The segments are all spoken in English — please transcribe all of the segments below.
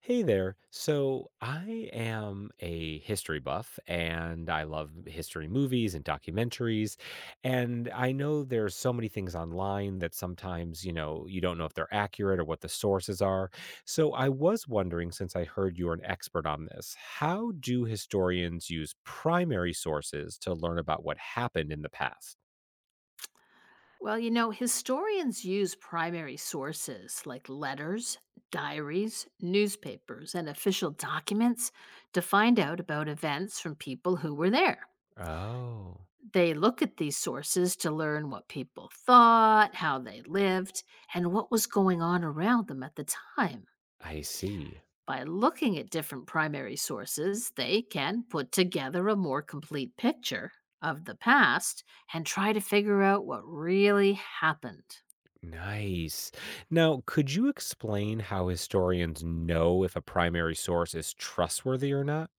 Hey there. So I am a history buff and I love history movies and documentaries. And I know there's so many things online that sometimes, you don't know if they're accurate or what the sources are. So I was wondering, since I heard you're an expert on this, how do historians use primary sources to learn about what happened in the past? Well, you know, historians use primary sources like letters, diaries, newspapers, and official documents to find out about events from people who were there. Oh, They look at these sources to learn what people thought, how they lived, and what was going on around them at the time. I see. By looking at different primary sources, they can put together a more complete picture of the past and try to figure out what really happened. Nice. Now, could you explain how historians know if a primary source is trustworthy or not?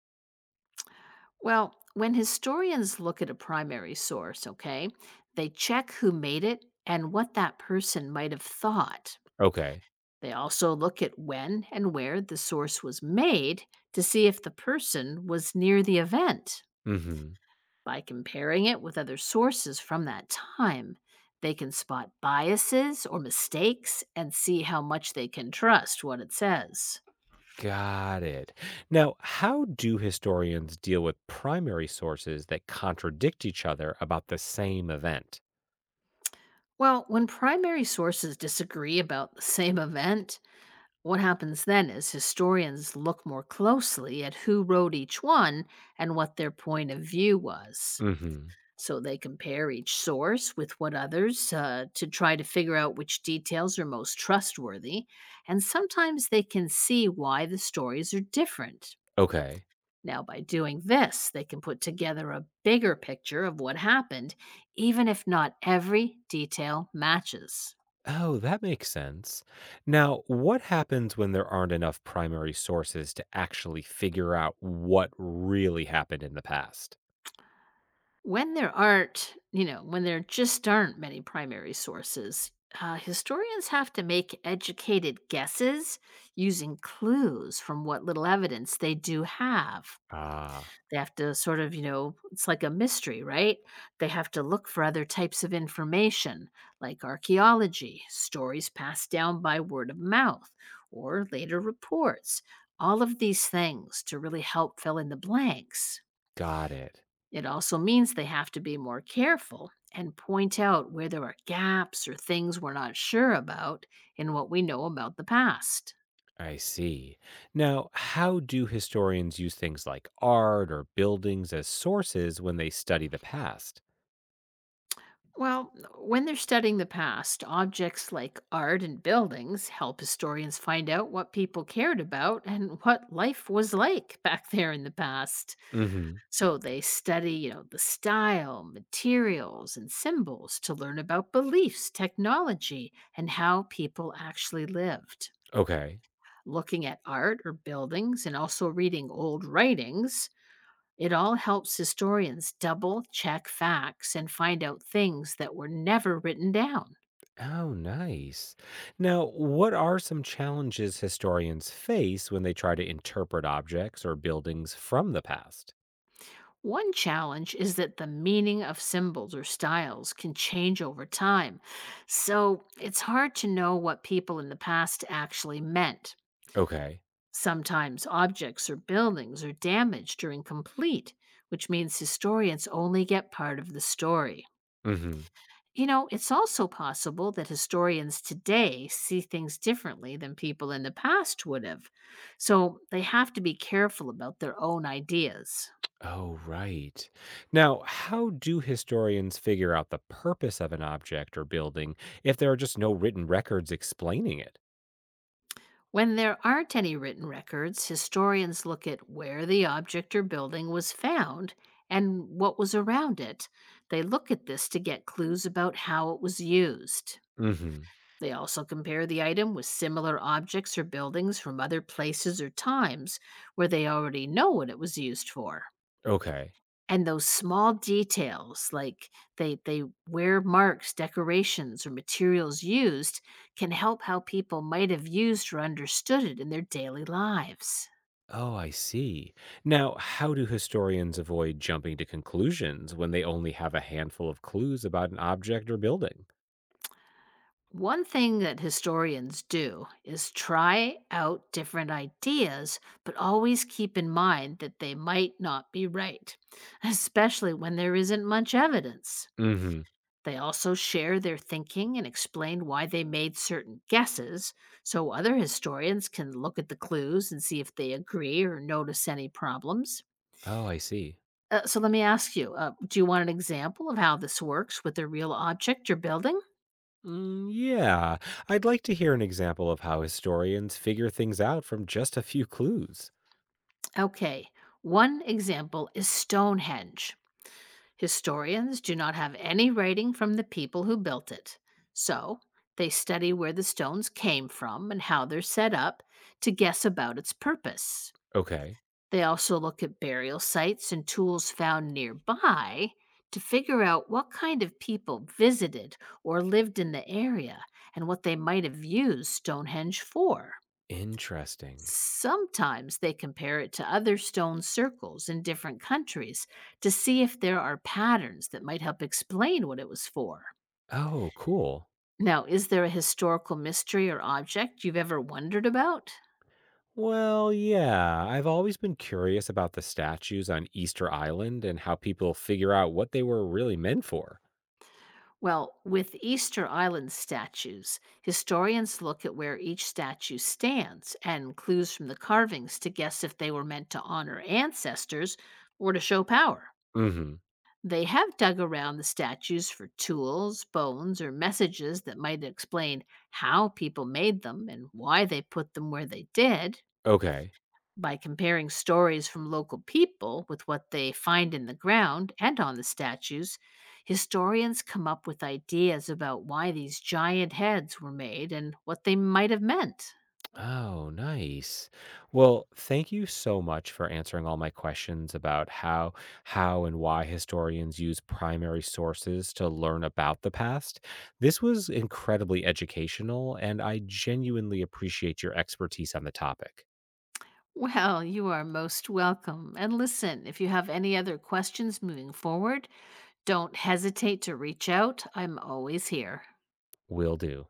Well, when historians look at a primary source, okay, they check who made it and what that person might have thought. Okay. They also look at when and where the source was made to see if the person was near the event. Hmm. By comparing it with other sources from that time, they can spot biases or mistakes and see how much they can trust what it says. Got it. Now, how do historians deal with primary sources that contradict each other about the same event? Well, when primary sources disagree about the same event, what happens then is historians look more closely at who wrote each one and what their point of view was. Hmm. So they compare each source with what others to try to figure out which details are most trustworthy, and sometimes they can see why the stories are different. Okay. Now, by doing this, they can put together a bigger picture of what happened, even if not every detail matches. Oh, that makes sense. Now, what happens when there aren't enough primary sources to actually figure out what really happened in the past? When there just aren't many primary sources, historians have to make educated guesses using clues from what little evidence they do have. Ah, They have to sort of, you know, it's like a mystery, right? They have to look for other types of information, like archaeology, stories passed down by word of mouth, or later reports. All of these things to really help fill in the blanks. got it. It also means they have to be more careful and point out where there are gaps or things we're not sure about in what we know about the past. I see. Now, how do historians use things like art or buildings as sources when they study the past? Well, when they're studying the past, objects like art and buildings help historians find out what people cared about and what life was like back there in the past. Hmm. So they study, you know, the style, materials, and symbols to learn about beliefs, technology, and how people actually lived. Okay. Looking at art or buildings and also reading old writings, it all helps historians double check facts and find out things that were never written down. Oh, nice. Now, what are some challenges historians face when they try to interpret objects or buildings from the past? One challenge is that the meaning of symbols or styles can change over time, so it's hard to know what people in the past actually meant. Okay. Sometimes objects or buildings are damaged or incomplete, which means historians only get part of the story. Hmm. You know, it's also possible that historians today see things differently than people in the past would have, so they have to be careful about their own ideas. Oh, right. Now, how do historians figure out the purpose of an object or building if there are just no written records explaining it? When there aren't any written records, historians look at where the object or building was found and what was around it. They look at this to get clues about how it was used. Hmm. They also compare the item with similar objects or buildings from other places or times where they already know what it was used for. Okay. And those small details, like they where marks, decorations, or materials used can help how people might have used or understood it in their daily lives. Oh, I see. Now, how do historians avoid jumping to conclusions when they only have a handful of clues about an object or building? One thing that historians do is try out different ideas, but always keep in mind that they might not be right, especially when there isn't much evidence. Hmm. They also share their thinking and explain why they made certain guesses, so other historians can look at the clues and see if they agree or notice any problems. Oh, I see. So let me ask you, do you want an example of how this works with a real object you're building? Mm, yeah, I'd like to hear an example of how historians figure things out from just a few clues. Okay, one example is Stonehenge. Historians do not have any writing from the people who built it. So they study where the stones came from and how they're set up to guess about its purpose. Okay. They also look at burial sites and tools found nearby to figure out what kind of people visited or lived in the area and what they might have used Stonehenge for. Interesting. Sometimes they compare it to other stone circles in different countries to see if there are patterns that might help explain what it was for. Oh, cool. Now, is there a historical mystery or object you've ever wondered about? Well, yeah, I've always been curious about the statues on Easter Island and how people figure out what they were really meant for. Well, with Easter Island statues, historians look at where each statue stands and clues from the carvings to guess if they were meant to honor ancestors or to show power. Mm hmm. They have dug around the statues for tools, bones, or messages that might explain how people made them and why they put them where they did. Okay. By comparing stories from local people with what they find in the ground and on the statues, historians come up with ideas about why these giant heads were made and what they might have meant. Oh, nice. Well, thank you so much for answering all my questions about how and why historians use primary sources to learn about the past. This was incredibly educational and I genuinely appreciate your expertise on the topic. Well, you are most welcome. And listen, if you have any other questions moving forward, don't hesitate to reach out. I'm always here. Will do.